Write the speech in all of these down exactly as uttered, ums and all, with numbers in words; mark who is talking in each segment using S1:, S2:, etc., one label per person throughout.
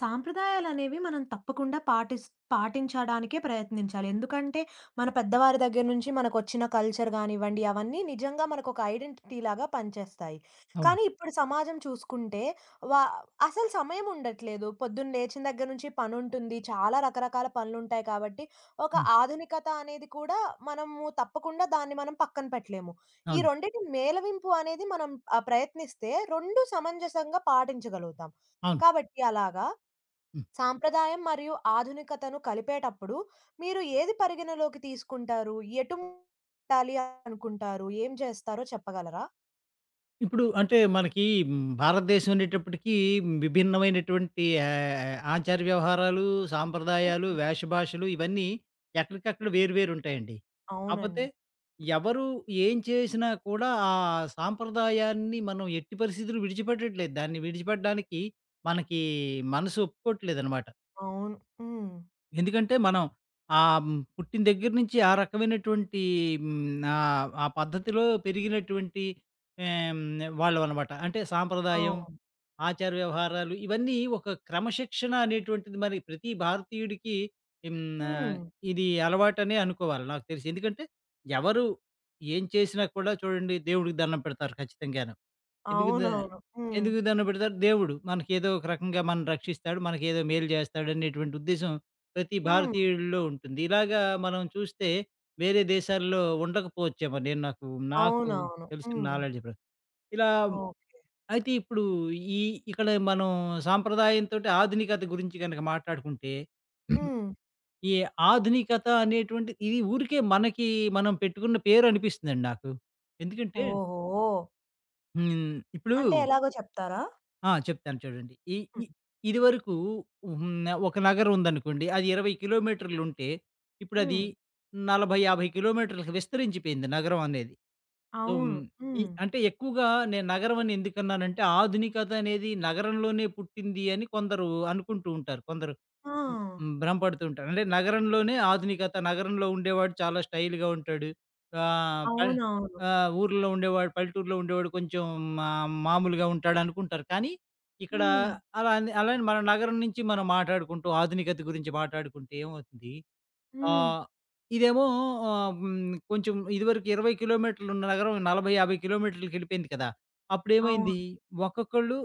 S1: సాంప్రదాయాలనేవి మనం తప్పకుండా పాటిస్ పాటించడానికే ప్రయత్నించాలి. ఎందుకంటే, మన పెద్దవారి దగ్గర నుంచి మనకొచ్చిన కల్చర్ గానివ్వండి, అవన్నీ నిజంగా మనకొక ఐడెంటిటీలాగా పనిచేస్తాయి.
S2: అవును.
S1: కానీ ఇప్పుడు సమాజం చూసుకుంటే, వా అసలు సమయం ఉండట్లేదు. పొద్దున్న లేచిన దగ్గర నుంచి పనుంటుంది. చాలా రకరకాల పనులుంటాయి కాబట్టి, ఒక
S2: హ్మ్.
S1: ఆధునికత అనేది కూడా మనము తప్పకుండా దాన్ని మనం పక్కన పెట్టలేము. ఈ
S2: అవును.
S1: రెండిటి మేలవింపు అనేది మనం ఆహ్, ప్రయత్నిస్తే రెండు సమంజసంగా పాటించగలుగుతాం.
S2: అవును.
S1: కాబట్టి అలాగా
S2: హ్మ్.
S1: సాంప్రదాయం మరియు ఆధునికతను కలిపేటప్పుడు మీరు ఏది పరిగణలోకి తీసుకుంటారు? ఎటు పెట్టాలి అనుకుంటారు? ఏం చేస్తారో చెప్పగలరా?
S2: ఇప్పుడు అంటే మనకి హ్మ్, భారతదేశం అనేటప్పటికీ విభిన్నమైనటువంటి ఆహ్, ఆచార వ్యవహారాలు, సాంప్రదాయాలు,
S1: హ్మ్.
S2: వేష భాషలు ఇవన్నీ ఎక్కడికక్కడ వేరు వేరు ఉంటాయండి. కాపోతే
S1: అవునండి.
S2: ఎవరు ఏం చేసినా కూడా ఆ సాంప్రదాయాన్ని మనం ఎట్టి పరిస్థితుల్లో విడిచిపెట్టట్లేదు. దాన్ని విడిచిపెట్టడానికి మనకి మనసు ఒప్పుకోవట్లేదనమాట.
S1: అవును. హ్మ్.
S2: ఎందుకంటే మనం ఆహ్, హ్మ్, పుట్టిన దగ్గర నుంచి ఆ రకమైనటువంటి హ్మ్, ఆహ్, ఆ పద్ధతిలో పెరిగినటువంటి ఆహ్, హ్మ్, వాళ్ళమనమాట. అంటే సాంప్రదాయం,
S1: అవును.
S2: ఆచార వ్యవహారాలు ఇవన్నీ ఒక క్రమశిక్షణ అనేటువంటిది మరి ప్రతి భారతీయుడికి హ్మ్,
S1: హ్మ్.
S2: ఆహ్, ఇది అలవాటనే అనుకోవాలి నాకు తెలిసి. ఎందుకంటే ఎవరు ఏం చేసినా కూడా చూడండి దేవుడికి దండం పెడతారు ఖచ్చితంగాను. ఎందుకు ద
S1: అవునవును. హ్మ్.
S2: ఎందుకు దండం పెడతారు? దేవుడు. మనకేదో ఒక రకంగా మనని రక్షిస్తాడు. మనకేదో మేలు చేస్తాడనేటువంటి ఉద్దేశ్యం ప్రతి
S1: హ్మ్.
S2: భారతీయుడిలో ఉంటుంది. ఇలాగా మనం చూస్తే వేరే దేశాల్లో ఉండకపోవచ్చేమో నేను నాకు నాకు
S1: అవునవును.
S2: తెలిసిన
S1: హ్మ్.
S2: నాలెడ్జ్ ప్రకారం. ఇలా
S1: ఓకే.
S2: అయితే ఇప్పుడు ఈ ఇక్కడ మనం సాంప్రదాయంతోటి ఆధునికత గురించి గనక మాట్లాడుకుంటే,
S1: హ్మ్.
S2: ఈ ఆధునికత అనేటువంటి ఇది ఊరికే మనకి మనం పెట్టుకున్న పేరనిపిస్తుందండి నాకు. ఎందుకంటే
S1: ఓహో!
S2: హ్మ్. ఇప్పుడు
S1: అంటే ఎలాగో చెప్తారా?
S2: ఆ! చెప్తాను చూడండి. ఈ
S1: హ్మ్.
S2: ఇ ఇదివరకు హ్మ్. ఒక నగరం ఉందనుకోండి. అది ఇరవై కిలోమీటర్లుంటే, ఇప్పుడది
S1: హ్మ్.
S2: నలభై, యాభై కిలోమీటర్లకి విస్తరించిపోయింది నగరం అనేది. సో,
S1: అవును.
S2: హ్మ్. ఈ
S1: హ్మ్.
S2: అంటే ఎక్కువగా నేను నగరం అని ఎందుకన్నానంటే, ఆధునికత అనేది నగరంలోనే పుట్టింది అని కొందరు అనుకుంటూ ఉంటారు. కొందరు
S1: ఆ!
S2: హ్మ్. హ్మ్. భ్రమపడుతూ ఉంటారు. అంటే నగరంలోనే ఆధునికత. నగరంలో ఉండేవాడు చాలా స్టైల్‌గా ఉంటాడు. ఆహ్, ప
S1: అవునవును.
S2: ఆహ్, ఊర్లో ఉండేవాడు, పల్లెటూరులో ఉండేవాడు కొంచెం మా మామూలుగా ఉంటాడనుకుంటారు. కానీ ఇక్కడ
S1: హ్మ్.
S2: అలా అని అలానే మనం నగరం నుంచి మనం మాట్లాడుకుంటూ ఆధునికత గురించి మాట్లాడుకుంటే ఏమవుతుంది
S1: హ్మ్.
S2: ఆహ్, ఇదేమో ఆహ్, హ్మ్. కొంచెం ఇదివరకు ఇరవై కిలోమీటర్లు ఉన్న నగరం నలభై, యాభై కిలోమీటర్లకెళ్ళిపోయింది కదా!
S1: అవును.
S2: అప్పుడేమైంది ఒక్కొక్కళ్ళు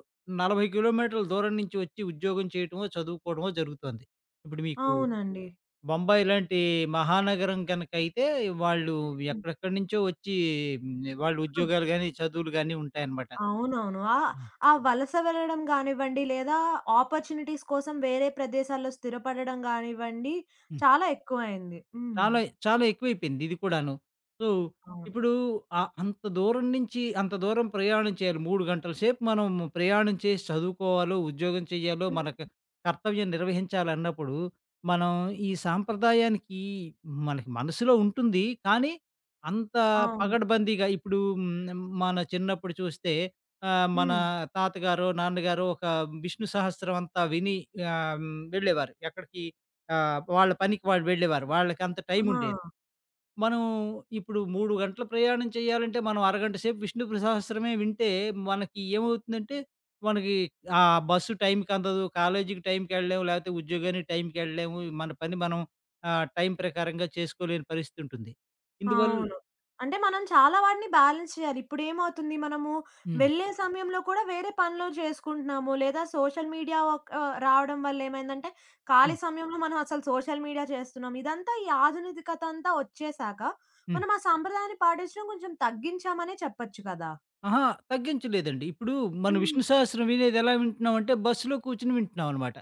S2: నలభై కిలోమీటర్ల దూరం నుంచి వచ్చి ఉద్యోగం చేయటమో, చదువుకోవడమో జరుగుతోంది. ఇప్పుడు మీకు
S1: అవునండి.
S2: బొంబాయి లాంటి మహానగరం గనక అయితే వాళ్ళు
S1: హ్మ్.
S2: ఎక్కడెక్కడి నుంచో వచ్చి హ్మ్. వాళ్ళు ఉద్యోగాలు గాని, చదువులు గాని ఉంటాయన్నమాట.
S1: అవునవును. ఆ!
S2: ఆ!
S1: ఆ వలస వెళ్ళడం గానివ్వండి, లేదా ఆపర్చునిటీస్ కోసం వేరే ప్రదేశాల్లో స్థిరపడడం గానివ్వండి, చాలా ఎక్కువయింది. హ్మ్.
S2: చాలా చాలా ఎక్కువైపోయింది ఇది కూడాను. సో,
S1: అవును.
S2: ఇప్పుడు ఆహ్, అంత దూరం నుంచి అంత దూరం ప్రయాణం చేయాలి. మూడు గంటల సేపు మనం ప్రయాణం చేసి చదువుకోవాలో, ఉద్యోగం చేయాలో,
S1: హ్మ్.
S2: మనకు కర్తవ్యం నిర్వహించాలన్నప్పుడు, మనం ఈ సాంప్రదాయానికి మనకి మనసులో ఉంటుంది. కానీ, అంత
S1: అవును.
S2: పగడ్బందీగా ఇప్పుడు హ్మ్, మన చిన్నప్పుడు చూస్తే ఆహ్, మన
S1: హ్మ్.
S2: తాతగారో, నాన్నగారో ఒక విష్ణు సహస్రం అంతా విని ఆహ్, హ్మ్, వెళ్ళేవారు. ఎక్కడికి ఆ! వాళ్ళ పనికి వాళ్ళు వెళ్ళేవారు. వాళ్ళకంత
S1: ఆ!
S2: టైముండేది. మనం ఇప్పుడు మూడు గంటల ప్రయాణం చేయాలంటే, మనం అరగంట సేపు విష్ణు సహస్రనామమే వింటే, మనకి ఏమవుతుందంటే, మనకి ఆ బస్సు టైంకి అందదు, కాలేజీకి టైంకెళ్ళలేము, లేకపోతే ఉద్యోగానికి టైంకెళ్ళలేము. మన పని మనం ఆహ్, టైం ప్రకారంగా చేసుకోలేని పరిస్థితుంటుంది. ఇందువల్ల
S1: అవును. అంటే మనం చాలా వాటిని బ్యాలెన్స్ చేయాలి. ఇప్పుడేమవుతుంది మనము
S2: హ్మ్.
S1: వెళ్ళే సమయంలో కూడా వేరే పనులు చేసుకుంటున్నాము. లేదా సోషల్ మీడియా ఒక్ ఆహ్, రావడం వల్ల ఏమైందంటే
S2: హ్మ్.
S1: ఖాళీ సమయంలో మనం అసలు సోషల్ మీడియా చేస్తున్నాం. ఇదంతా ఈ ఆధునికత అంతా వచ్చేసాక
S2: హ్మ్.
S1: మనం ఆ సంప్రదాయాన్ని పాటించడం కొంచెం తగ్గించామనే చెప్పొచ్చు కదా!
S2: అహా! తగ్గించలేదండి. ఇప్పుడు మనం
S1: హ్మ్.
S2: విష్ణు సహస్రం వినేది ఎలా వింటున్నామంటే, బస్సులో కూర్చొని వింటున్నామనమాట.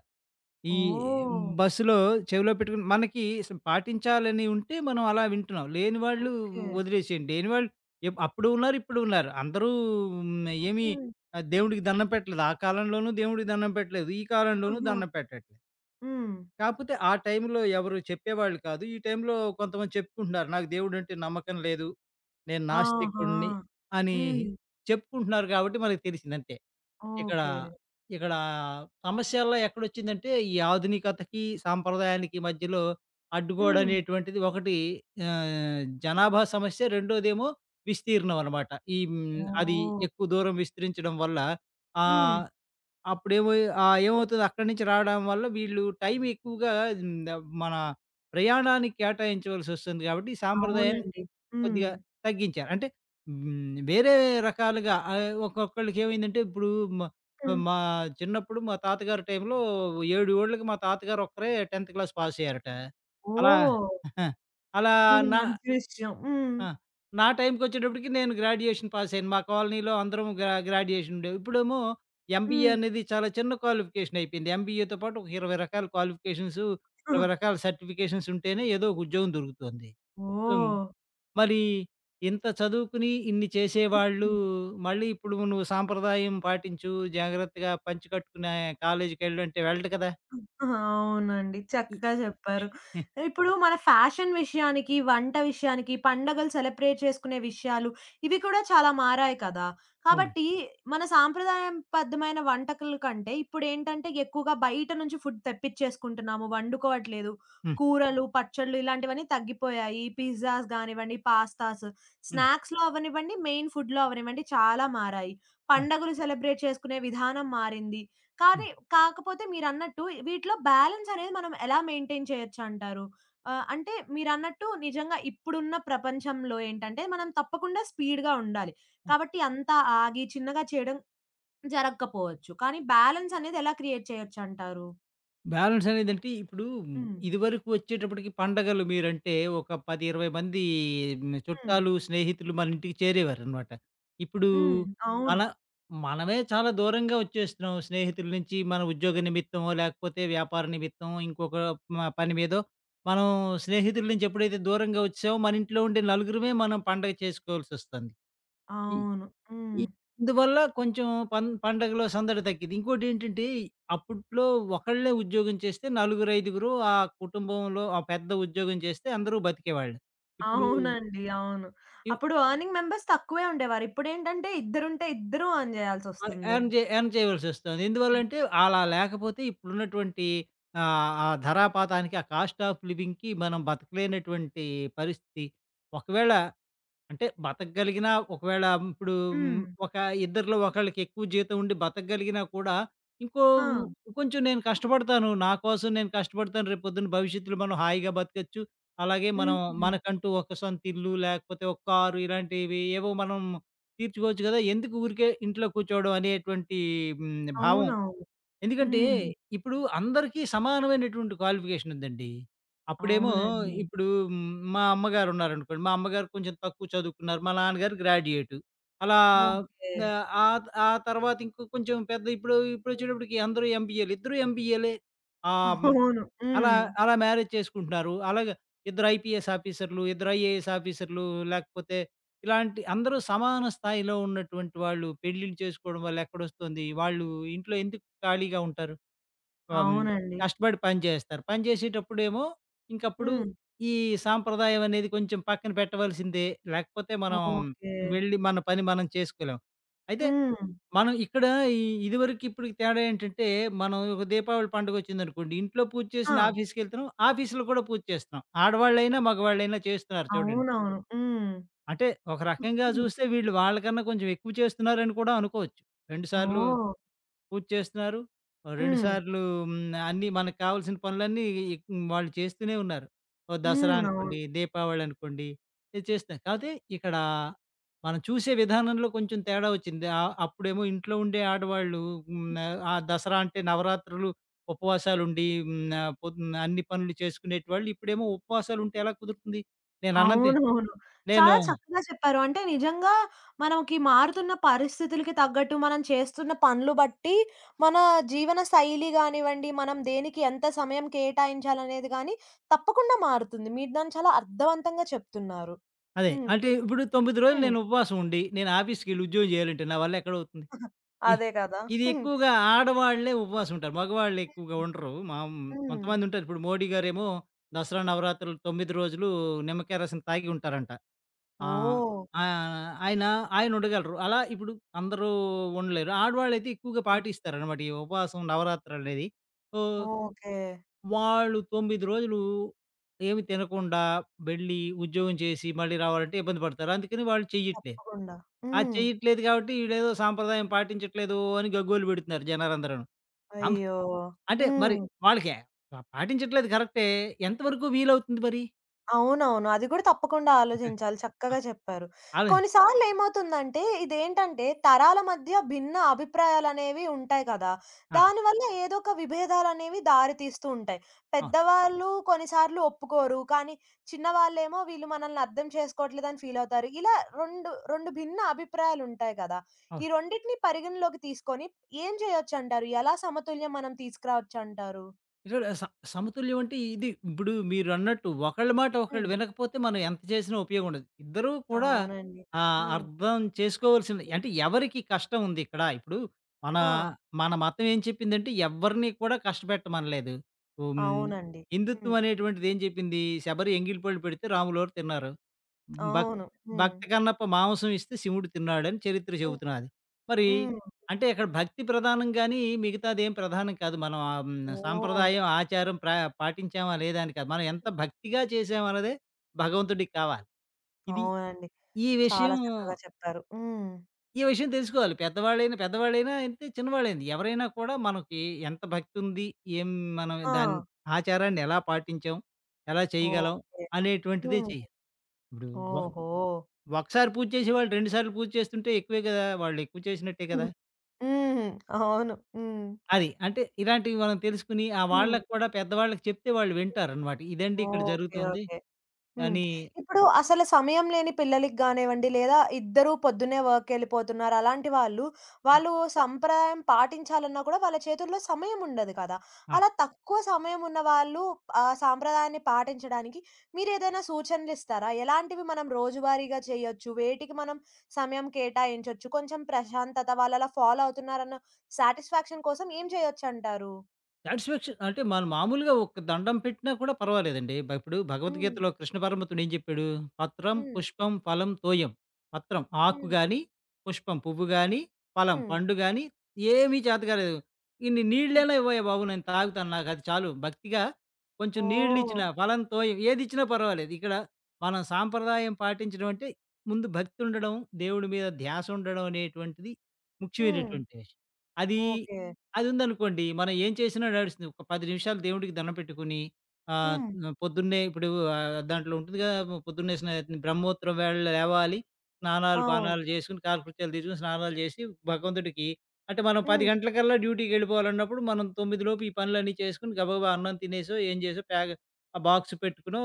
S2: ఈ
S1: ఓహ్!
S2: బస్సులో చెవిలో పెట్టుకుని మనకి అసలు పాటించాలని ఉంటే మనం అలా వింటున్నాం. లేని వాళ్ళు
S1: ఓకే.
S2: వదిలేసేయండి. లేని వాళ్ళు ఎప్ అప్పుడు ఉన్నారు, ఇప్పుడు ఉన్నారు. అందరూ హ్మ్, ఏమి
S1: హ్మ్.
S2: ఆహ్, దేవుడికి దండం పెట్టలేదు. ఆ కాలంలోనూ దేవుడికి దండం పెట్టలేదు. ఈ కాలంలోనూ
S1: ఆహా!
S2: దండం పెట్టట్లేదు.
S1: హ్మ్.
S2: కాకపోతే ఆ టైంలో ఎవరు చెప్పేవాళ్ళు కాదు. ఈ టైంలో కొంతమంది చెప్పుకుంటున్నారు. నాకు దేవుడంటే నమ్మకం లేదు. నేను
S1: ఆహా!
S2: నాస్తికుడిని అని
S1: హ్మ్.
S2: చెప్పుకుంటున్నారు కాబట్టి మనకు తెలిసిందంతే. ఇక్కడ,
S1: ఓకే.
S2: ఇక్కడ సమస్యల్లో ఎక్కడొచ్చిందంటే, ఈ ఆధునికతకి, సాంప్రదాయానికి మధ్యలో
S1: హ్మ్.
S2: అడ్డుగోడనేటువంటిది ఒకటి ఆహ్, జనాభా సమస్య. రెండోదేమో విస్తీర్ణం అనమాట. ఈ హ్మ్, అది
S1: ఓహ్!
S2: ఎక్కువ దూరం విస్తరించడం వల్ల
S1: హ్మ్.
S2: ఆహ్, అప్పుడేమో ఆహ్, ఏమవుతుంది అక్కడి నుంచి రావడం వల్ల వీళ్ళు టైం ఎక్కువగా హ్మ్, ద మన ప్రయాణానికి కేటాయించవలసొస్తుంది గాబట్టి, సాంప్రదాయాన్ని
S1: అవునండి.
S2: కొద్దిగా
S1: హ్మ్.
S2: తగ్గించారు. అంటే హ్మ్. వేరే రకాలుగా ఆహ్, ఒక్కొక్కళ్ళకి ఏమైందంటే ఇప్పుడు మా
S1: హ్మ్.
S2: మా చిన్నప్పుడు మా తాతగారి టైంలో ఏడు ఏళ్ళకి మా తాతగారు ఒక్కరే పదో క్లాస్ పాస్ అయ్యారట. అలా
S1: ఓహ్!
S2: అలా
S1: హ్మ్.
S2: నా
S1: మంచి విషయం. హ్మ్.
S2: ఆ! నా టైంకొచ్చేటప్పటికి నేను గ్రాడ్యుయేషన్ పాస్ అయ్యాను. మా కాలనీలో అందరం గ్రా గ్రాడ్యుయేషన్ ఉండేవి. ఇప్పుడేమో ఎంబీఏ
S1: హ్మ్.
S2: అనేది చాలా చిన్న క్వాలిఫికేషన్ అయిపోయింది. ఎంబీఏతో పాటు ఒక ఇరవై రకాల క్వాలిఫికేషన్స్, ఇరవై రకాల సర్టిఫికేషన్స్ ఉంటేనే ఏదో ఒక ఉద్యోగం దొరుకుతుంది. So
S1: oh!
S2: మరి ఇంత చదువుకుని ఇన్ని చేసేవాళ్ళు
S1: హ్మ్.
S2: మళ్ళీ ఇప్పుడు నువ్వు సాంప్రదాయం పాటించు, జాగ్రత్తగా పంచె కట్టుకుని కాలేజీకెళ్ళు అంటే వెళ్ళడు కదా!
S1: అవునండి.
S2: ఇ
S1: చక్కగా చెప్పారు.
S2: హ్మ్.
S1: ఇప్పుడు మన ఫ్యాషన్ విషయానికి, వంట విషయానికి, పండగలు సెలబ్రేట్ చేసుకునే విషయాలు ఇవి కూడా చాలా మారాయి కదా!
S2: అవును.
S1: కాబట్టి మన సాంప్రదాయబద్ధమైన వంటకాల కంటే ఇప్పుడేంటంటే ఎక్కువగా బయట నుంచి ఫుడ్ తెప్పిచ్చేసుకుంటున్నాము. వండుకోవట్లేదు.
S2: హ్మ్.
S1: కూరలు, పచ్చళ్ళు ఇలాంటివన్నీ తగ్గిపోయాయి. పిజ్జాస్ గానివ్వండి, పాస్తాస్,
S2: హ్మ్.
S1: స్నాక్స్‌లో అవ్వనివ్వండి, మెయిన్ ఫుడ్‌లో అవ్వనివ్వండి చాలా మారాయి.
S2: హ్మ్.
S1: పండగలు సెలబ్రేట్ చేసుకునే విధానం మారింది. కానీ
S2: హ్మ్.
S1: కాకపోతే మీరన్నట్టు వీటిలో బ్యాలెన్స్ అనేది మనం ఎలా మెయింటైన్ చేయొచ్చంటారు? ఆహ్, అంటే మీరన్నట్టు నిజంగా ఇప్పుడున్న ప్రపంచంలో ఏంటంటే, మనం తప్పకుండా స్పీడ్‌గా ఉండాలి. కాబట్టి అంతా ఆగి చిన్నగా చేయడం జరగకపోవచ్చు. కానీ బ్యాలెన్స్ అనేది ఎలా క్రియేట్ చేయొచ్చంటారు?
S2: బ్యాలెన్స్ అనేదంటే ఇప్పుడు హ్మ్,
S1: హ్మ్.
S2: ఇదివరకు వచ్చేటప్పటికి పండగలు మీరంటే ఒక పది, ఇరవై మంది హ్మ్,
S1: హ్మ్.
S2: చుట్టాలు, స్నేహితులు మన ఇంటికి చేరేవారనమాట. ఇప్పుడు
S1: హ్మ్. అవును.
S2: అలా మనమే చాలా దూరంగా వచ్చేస్తున్నాం స్నేహితుల నుంచి. మన ఉద్యోగ నిమిత్తమో, లేకపోతే వ్యాపార నిమిత్తమో, ఇంకొక మ పని మీదో మనం స్నేహితుల నుంచి ఎప్పుడైతే దూరంగా వచ్చామో, మన ఇంట్లో ఉండే నలుగురమే మనం పండగ చేసుకోవాల్సొస్తుంది. ఈ
S1: అవును. హ్మ్.
S2: ఇ ఇందువల్ల కొంచెం పం పండగలో సందడి తగ్గిద్ది. ఇంకోటేంటంటే, అప్పట్లో ఒకళ్ళే ఉద్యోగం చేస్తే నలుగురు, ఐదుగురు ఆ కుటుంబంలో ఆ పెద్ద ఉద్యోగం చేస్తే అందరూ బతికేవాళ్ళు. ఇప్పుడు
S1: అవునండి. అవును.
S2: ఇ
S1: అప్పుడు ఎర్నింగ్ మెంబర్స్ తక్కువే ఉండేవారు. ఇప్పుడేంటంటే ఇద్దరుంటే ఇద్దరు ఎర్న్
S2: ఆహ్,
S1: చేయాల్సొస్తుంది.
S2: ఎర్న్ చే ఎర్న్ చేయవలసొస్తుంది. ఎందువల్లంటే, అలా లేకపోతే ఇప్పుడున్నటువంటి ఆహ్, ఆ ధరాపాతానికి, ఆ కాస్ట్ ఆఫ్ లివింగ్‌కి మనం బతకలేనటువంటి పరిస్థితి. ఒకవేళ అంటే బతకగలిగినా ఒకవేళ ఇప్పుడు హ్మ్,
S1: హ్మ్.
S2: ఒక ఇద్దరిలో ఒకళ్ళకి ఎక్కువ జీతం ఉండి బతకగలిగినా కూడా, ఇంకో
S1: ఆ!
S2: ఇంకొంచెం నేను కష్టపడతాను. నా కోసం నేను కష్టపడతాను. రేపొద్దున భవిష్యత్తులో మనం హాయిగా బతకచ్చు. అలాగే మనం
S1: హ్మ్.
S2: మనకంటూ ఒక సొంత ఇల్లు, లేకపోతే ఒక కారు ఇలాంటివి ఏవో మనం తీర్చుకోవచ్చు కదా! ఎందుకు ఊరికే ఇంట్లో కూర్చోవడం అనేటువంటి హ్మ్, భావం
S1: అవునవును.
S2: ఎందుకంటే,
S1: హ్మ్.
S2: ఇప్పుడు అందరికీ సమానమైనటువంటి క్వాలిఫికేషన్ ఉందండి. అప్పుడేమో
S1: అవునండి.
S2: ఇప్పుడు హ్మ్, మా అమ్మగారు ఉన్నారనుకోండి. మా అమ్మగారు కొంచెం తక్కువ చదువుకున్నారు. మా నాన్నగారు గ్రాడ్యుయేటు. అలా
S1: ఓకే.
S2: ఆహ్, ఆ ఆ తర్వాత ఇంకో కొంచెం పెద్ద ఇప్పుడు ఇప్పుడొచ్చేటప్పటికి అందరూ ఎంబీఏలు. ఇద్దరూ ఎంబీఏలే. ఆహ్, హ్మ్.
S1: అవును.
S2: అలా,
S1: హ్మ్.
S2: అలా మ్యారేజ్ చేసుకుంటున్నారు. అలాగే ఇద్దరు ఐపీఎస్ ఆఫీసర్‌లు, ఇద్దరు ఐఏఎస్ ఆఫీసర్‌లు లేకపోతే ఇలాంటి అందరూ సమాన స్థాయిలో ఉన్నటువంటి వాళ్ళు పెళ్ళిళ్ళు చేసుకోవడం వల్ల ఎక్కడొస్తుంది? వాళ్ళు ఇంట్లో ఎందుకు ఖాళీగా ఉంటారు? ఆహ్, హ్మ్,
S1: అవునండి.
S2: కష్టపడి పని చేస్తారు. పని చేసేటప్పుడేమో ఇంకప్పుడు
S1: హ్మ్.
S2: ఈ సాంప్రదాయం అనేది కొంచెం పక్కన పెట్టవలసిందే. లేకపోతే మనం
S1: ఓకే.
S2: వెళ్ళి మన పని మనం చేసుకోలేం. అయితే
S1: హ్మ్.
S2: మనం ఇక్కడ ఈ ఇదివరకు ఇప్పటికి తేడా ఏంటంటే, మనం ఒక దీపావళి పండుగొచ్చిందనుకోండి, ఇంట్లో పూజ చేసిన
S1: ఆ!
S2: ఆఫీస్‌కెళ్తున్నాం. ఆఫీస్‌లో కూడా పూజ చేస్తున్నాం. ఆడవాళ్ళైనా, మగవాళ్ళైనా చేస్తున్నారు చూడండి.
S1: అవునవును. హ్మ్.
S2: అంటే ఒక రకంగా
S1: హ్మ్.
S2: చూస్తే వీళ్ళు వాళ్ళకన్నా కొంచెం ఎక్కువ చేస్తున్నారని కూడా అనుకోవచ్చు. రెండు సార్లు
S1: ఓహ్!
S2: పూజ చేస్తున్నారు. ఓ రెండు హ్మ్.
S1: హ్మ్.
S2: సార్లు హ్మ్. అన్నీ మనకు కావాల్సిన పనులన్నీ ఈ వాళ్ళు చేస్తూనే ఉన్నారు. ఓ దసరా
S1: హ్మ్. అవును.
S2: అనుకోండి, దీపావళి అనుకోండి ఇది చేస్తున్నారు. కాపోతే ఇక్కడ మనం చూసే విధానంలో కొంచెం తేడా వచ్చింది. ఆహ్, అప్పుడేమో ఇంట్లో ఉండే ఆడవాళ్ళు హ్మ్. ఆ దసరా అంటే నవరాత్రులు ఉపవాసాలుండి హ్మ్. ఆహ్, పొద్దున్న అన్ని పనులు చేసుకునేటివాళ్ళు. ఇప్పుడేమో ఉపవాసాలుంటే ఎలా కుదురుతుంది? నేను అన్నది
S1: అవునవును.
S2: నేను
S1: చాలా చక్కగా చెప్పారు. అంటే నిజంగా మనకి మారుతున్న పరిస్థితులకి తగ్గట్టు మనం చేస్తున్న పనులు బట్టి, మన జీవన శైలి గానివ్వండి, మనం దేనికి ఎంత సమయం కేటాయించాలనేది గాని తప్పకుండా మారుతుంది. మీరు దాన్ని చాలా అర్థవంతంగా చెప్తున్నారు.
S2: అదే.
S1: హ్మ్.
S2: అంటే ఇప్పుడు తొమ్మిది రోజులు
S1: హ్మ్.
S2: నేను ఉపవాసం ఉండి, నేను ఆఫీస్‌కెళ్ళి ఉద్యోగం చేయాలంటే నా వల్ల ఎక్కడవుతుంది? ఇ
S1: అదే కదా!
S2: ఇది ఎక్కువగా ఆడవాళ్ళే ఉపవాసం ఉంటారు. మగవాళ్ళు ఎక్కువగా ఉండరు. మాం
S1: హ్మ్.
S2: కొంతమంది ఉంటారు. ఇప్పుడు మోడీ గారేమో దసరా, నవరాత్రులు తొమ్మిది రోజులు నిమ్మకాయ రసం తాగి ఉంటారంట. ఆ!
S1: ఓహ్!
S2: ఆ! ఆయన ఆయన ఉండగలరు. అలా ఇప్పుడు అందరూ ఉండలేరు. ఆడవాళ్ళైతే ఎక్కువగా
S1: హ్మ్.
S2: పాటిస్తారనమాట. ఈ ఉపవాసం, నవరాత్రనేది. So,
S1: okay.
S2: వాళ్ళు తొమ్మిది రోజులు ఏమి తినకుండా వెళ్ళి ఉద్యోగం చేసి మళ్ళీ రావాలంటే ఇబ్బంది పడతారు. అందుకని వాళ్ళు చెయ్యట్లేదు.
S1: తప్పకుండా.
S2: అది
S1: హ్మ్.
S2: చెయ్యట్లేదు కాబట్టి ఈడేదో సాంప్రదాయం పాటించట్లేదు అని గగ్గోలు పెడుతున్నారు జనాలందరూను. సాంప్
S1: అయ్యో!
S2: అంటే మరి
S1: హ్మ్.
S2: వాళ్ళకే పా- పాటించట్లేదు కరెక్టే. ఎంతవరకు వీలవుతుంది మరి?
S1: అవునవును. అది కూడా తప్పకుండా ఆలోచించాలి.
S2: ఆ!
S1: చక్కగా చెప్పారు.
S2: అలాగే.
S1: కొన్నిసార్లు ఏమవుతుందంటే ఇదేంటంటే తరాల మధ్య భిన్న అభిప్రాయాలనేవి ఉంటాయి కదా!
S2: ఆ!
S1: దానివల్ల ఏదో ఒక విభేదాలనేవి దారి తీస్తూ ఉంటాయి.
S2: అవును.
S1: పెద్దవాళ్ళు కొన్నిసార్లు ఒప్పుకోరు. కానీ చిన్నవాళ్ళేమో వీళ్ళు మనల్ని అర్థం చేసుకోవట్లేదని ఫీల్ అవుతారు. ఇలా రెండు, రెండు భిన్న అభిప్రాయాలుంటాయి కదా! ఈ
S2: అవును.
S1: రెండిటిని పరిగణలోకి తీసుకొని ఏం చేయొచ్చంటారు? ఎలా సమతుల్యం మనం తీసుకురావచ్చంటారు?
S2: చూడు స సమతుల్యం అంటే ఇది ఇప్పుడు మీరన్నట్టు ఒకళ్ళ మాట ఒకళ్ళు
S1: హ్మ్.
S2: వినకపోతే మనం ఎంత చేసినా ఉపయోగం ఉండదు. ఇద్దరూ కూడా
S1: అవునండి.
S2: ఆహ్,
S1: హ్మ్.
S2: అర్థం చేసుకోవాల్సింది. అంటే ఎవరికి కష్టం ఉంది ఇక్కడ? ఇప్పుడు మన
S1: ఆ!
S2: మన మతం ఏం చెప్పిందంటే ఎవరిని కూడా కష్టపెట్టమనలేదు. హ్మ్.
S1: అవునండి. హ్మ్.
S2: హిందుత్వం అనేటువంటిది ఏం చెప్పింది? శబరి ఎంగిలిపళ్ళు పెడితే రాములోరు తిన్నారు. భక్
S1: అవును. హ్మ్.
S2: భక్త కన్నప్ప మాంసం ఇస్తే శివుడు తిన్నాడని చరిత్ర
S1: హ్మ్.
S2: చెబుతున్నది. మరి
S1: హ్మ్.
S2: అంటే అక్కడ భక్తి ప్రధానం గానీ, మిగతాదేం ప్రధానం కాదు. మనం ఆహ్, హ్మ్,
S1: ఓహ్!
S2: సాంప్రదాయం, ఆచారం ప్రా పాటించామా లేదా అని కాదు. మనం ఎంత భక్తిగా చేసామన్నదే భగవంతుడికి కావాలి. ఇది
S1: అవునండి.
S2: ఈ
S1: చాలా
S2: విషయం
S1: చక్కగా చెప్పారు. హ్మ్.
S2: ఈ విషయం తెలుసుకోవాలి. పెద్దవాళ్ళైనా పెద్దవాళ్ళైనా అంతే, చిన్నవాళ్ళైనా ఎవరైనా కూడా మనకి ఎంత భక్తుంది, ఏం మనం
S1: ఆ!
S2: దాన్ని ఆచారాన్ని ఎలా పాటించాం, ఎలా చేయగలం
S1: ఓకే.
S2: అనేటువంటిదే
S1: హ్మ్.
S2: చేయాలి. ఇప్పుడు వ
S1: ఓహో!
S2: ఒకసారి పూజ చేసేవాళ్ళు రెండు సార్లు పూజ చేస్తుంటే ఎక్కువే గదా! వాళ్ళు ఎక్కువ చేసినట్టే కదా!
S1: హ్మ్. అవును. హ్మ్.
S2: అది. అంటే ఇలాంటివి మనం తెలుసుకొని, ఆ
S1: హ్మ్.
S2: వాళ్ళకి కూడా పెద్దవాళ్ళకి చెప్తే వాళ్ళు వింటారనమాట. ఇదండి ఇక్కడ
S1: ఓకే.
S2: జరుగుతుంది
S1: ఓకే. హ్మ్.
S2: అని
S1: ఇప్పుడు అసలు సమయం లేని పిల్లలకి గానివ్వండి, లేదా ఇద్దరూ పొద్దున్నే వర్క్‌కెళ్ళిపోతున్నారు. అలాంటి వాళ్ళు,
S2: హ్మ్.
S1: వాళ్ళు సంప్రదాయం పాటించాలన్నా కూడా వాళ్ళ చేతుల్లో సమయం ఉండదు కదా!
S2: ఆ!
S1: అలా తక్కువ సమయం ఉన్న వాళ్ళు ఆ సాంప్రదాయాన్ని పాటించడానికి మీరేదైనా సూచనలిస్తారా? ఎలాంటివి మనం రోజువారీగా చేయొచ్చు? వేటికి మనం సమయం కేటాయించొచ్చు? కొంచెం ప్రశాంతత వాళ్ళలా ఫాలో అవుతున్నారన్న సాటిస్ఫాక్షన్ కోసం ఏం చేయొచ్చంటారు?
S2: సాటిస్ఫాక్షన్ అంటే మనం మామూలుగా ఒక దండం పెట్టినా కూడా పర్వాలేదండి. బ ఇప్పుడు
S1: హ్మ్.
S2: భగవద్గీతలో కృష్ణ పరమాత్ముడు ఏం చెప్పాడు? పత్రం,
S1: హ్మ్.
S2: పుష్పం, ఫలం, తోయం. పత్రం ఆకు
S1: హ్మ్.
S2: గాని, పుష్పం పువ్వు గాని, ఫలం
S1: హ్మ్.
S2: పండు గాని ఏమీ చేతకాలేదు. ఇన్ని
S1: హ్మ్.
S2: నీళ్ళైనా ఇవ్వయ్య బాబు! నేను తాగుతాను. నాకది చాలు. భక్తిగా కొంచెం
S1: ఓహ్!
S2: నీళ్ళిచ్చినా, ఫలం, తోయం ఏదిచ్చినా పర్వాలేదు. ఇక్కడ మనం సాంప్రదాయం పాటించడం అంటే ముందు భక్తి ఉండడం, దేవుడి మీద ధ్యాస ఉండడం అనేటువంటిది
S1: హ్మ్.
S2: ముఖ్యమైనటువంటి విషయం. అది
S1: ఓకే.
S2: అది ఉందనుకోండి. మనం ఏం చేసినా నడుస్తుంది. ఒక పది నిమిషాలు దేవుడికి దండం పెట్టుకొని, ఆహ్,
S1: హ్మ్.
S2: పొద్దున్నే ఇప్పుడు ఆహ్, దాంట్లో ఉంటుంది కదా! పొద్దున్నే స్నా బ్రహ్మోత్తరం వేళ లేవాలి. స్నానాలు,
S1: అవును.
S2: పానాలు చేసుకొని, కాలకృత్యాలు తీర్చుకొని, స్నానాలు చేసి భగవంతుడికి అంటే మనం పది
S1: హ్మ్.
S2: గంటలకల్లా డ్యూటీకెళ్ళిపోవాలన్నప్పుడు మనం తొమ్మిది లోపు ఈ పనులన్నీ చేసుకొని గబగబా అన్నం తినేసో, ఏం చేసో ప్యాక్ ఆ బాక్స్ పెట్టుకునో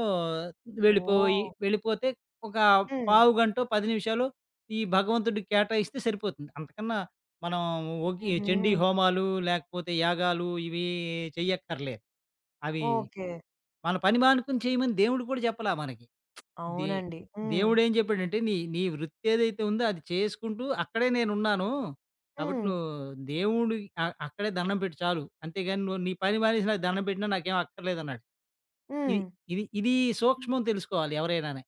S2: వెళ్ళిపోయి
S1: ఓహ్!
S2: వెళ్ళిపోతే ఒక
S1: హ్మ్.
S2: పావుగంటో, పది నిమిషాలో ఈ భగవంతుడికి కేటాయిస్తే సరిపోతుంది. అంతకన్నా మనం ఓకే
S1: హుహు.
S2: చండీ హోమాలు లేకపోతే యాగాలు ఇవి చెయ్యక్కర్లేదు. అవి
S1: ఓకే.
S2: మన పని మానుకుని చేయమని దేవుడు కూడా చెప్పలా మనకి. దే
S1: అవునండి. హ్మ్.
S2: దేవుడేం చెప్పాడంటే నీ నీ వృత్తి ఏదైతే ఉందో అది చేసుకుంటూ అక్కడే నేనున్నాను. కాబట్టి
S1: హ్మ్.
S2: నువ్వు దేవుడి అ అక్కడే దండం పెట్టు చాలు. అంతేగాని నువ్వు నీ పని మానేసి నాకు దండం పెట్టినా నాకేం అక్కర్లేదన్నాడు. ఇది
S1: హ్మ్.
S2: ఇది ఇది
S1: హ్మ్.
S2: సూక్ష్మం తెలుసుకోవాలి ఎవరైనానే.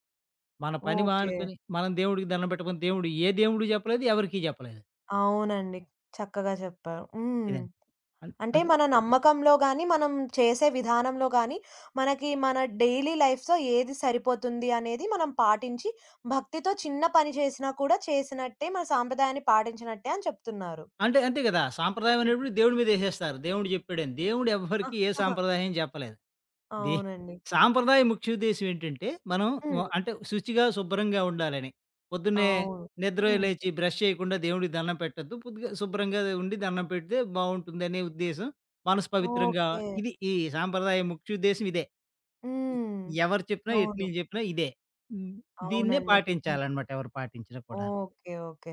S2: మన పని
S1: ఓకే.
S2: మానుకొని మనం దేవుడికి దండం పెట్టమని దేవుడు ఏ దేవుడు చెప్పలేదు. ఎవరికీ చెప్పలేదు.
S1: అవునండి. చక్కగా చెప్పారు. హ్మ్.
S2: ఇదండి. అన్
S1: అంటే
S2: అంత్
S1: మన నమ్మకంలో గాని, మనం చేసే విధానంలో గాని, మనకి మన డైలీ లైఫ్‌లో ఏది సరిపోతుంది అనేది మనం పాటించి, భక్తితో చిన్న పని చేసినా కూడా చేసినట్టే, మన సాంప్రదాయాన్ని పాటించినట్టే అని చెప్తున్నారు.
S2: అంటే అంతే గదా! సాంప్రదాయం
S1: హ్మ్.
S2: అనేప్పుడు దేవుడి మీదేసేస్తారు. దేవుడు జెప్పాడని. దేవుడు ఎవ్వరికీ ఏ సాంప్రదాయం జెప్పలేదు. దే
S1: అవునండి.
S2: సాంప్రదాయ ముఖ్యోద్దేశ్యం ఏంటంటే, మనం వ
S1: హ్మ్.
S2: అంటే శుచిగా, శుభ్రంగా ఉండాలని. పొద్దున్నే
S1: అవును.
S2: నిద్ర
S1: హ్మ్.
S2: లేచి బ్రష్ చేయకుండా దేవుడికి దండం పెట్టొద్దు. పొద్దుగా శుభ్రంగా ఉండి దండం పెడితే బావుంటుందనే ఉద్దేశం. మనసు పవిత్రంగా
S1: ఓకే.
S2: ఇది ఈ సాంప్రదాయ ముఖ్యోద్దేశం ఇదే.
S1: హ్మ్.
S2: ఎవరు చెప్పినా,
S1: అవును.
S2: ఎట్లీలు జెప్పినా ఇదే. హ్మ్. దీన్నే
S1: అవునండి. హ్మ్.
S2: పాటించాలనమాట ఎవరు పాటించినా కూడాను.
S1: ఓకే. ఓకే.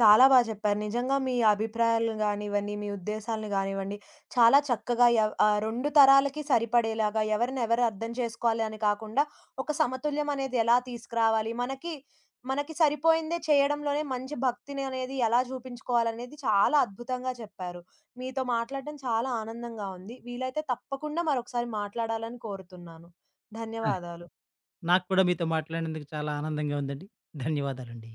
S1: చాలా బా చెప్పారు. నిజంగా మీ అభిప్రాయాలను గానివ్వండి, మీ ఉద్దేశాలను గానివ్వండి, చాలా చక్కగా ఎవ్ ఆహ్, రెండు తరాలకి సరిపడేలాగా ఎవరినెవరు అర్థం చేసుకోవాలి అని కాకుండా, ఒక సమతుల్యం అనేది ఎలా తీసుకురావాలి, మనకి మనకి సరిపోయిందే చేయడంలోనే మంచి భక్తిని అనేది ఎలా చూపించుకోవాలనేది చాలా అద్భుతంగా చెప్పారు. మీతో మాట్లాడడం చాలా ఆనందంగా ఉంది. వీలైతే తప్పకుండా మరొకసారి మాట్లాడాలని కోరుతున్నాను.
S2: ఆ!
S1: ధన్యవాదాలు.
S2: నాకు కూడా మీతో మాట్లాడినందుకు చాలా ఆనందంగా ఉందండి. ధన్యవాదాలండి.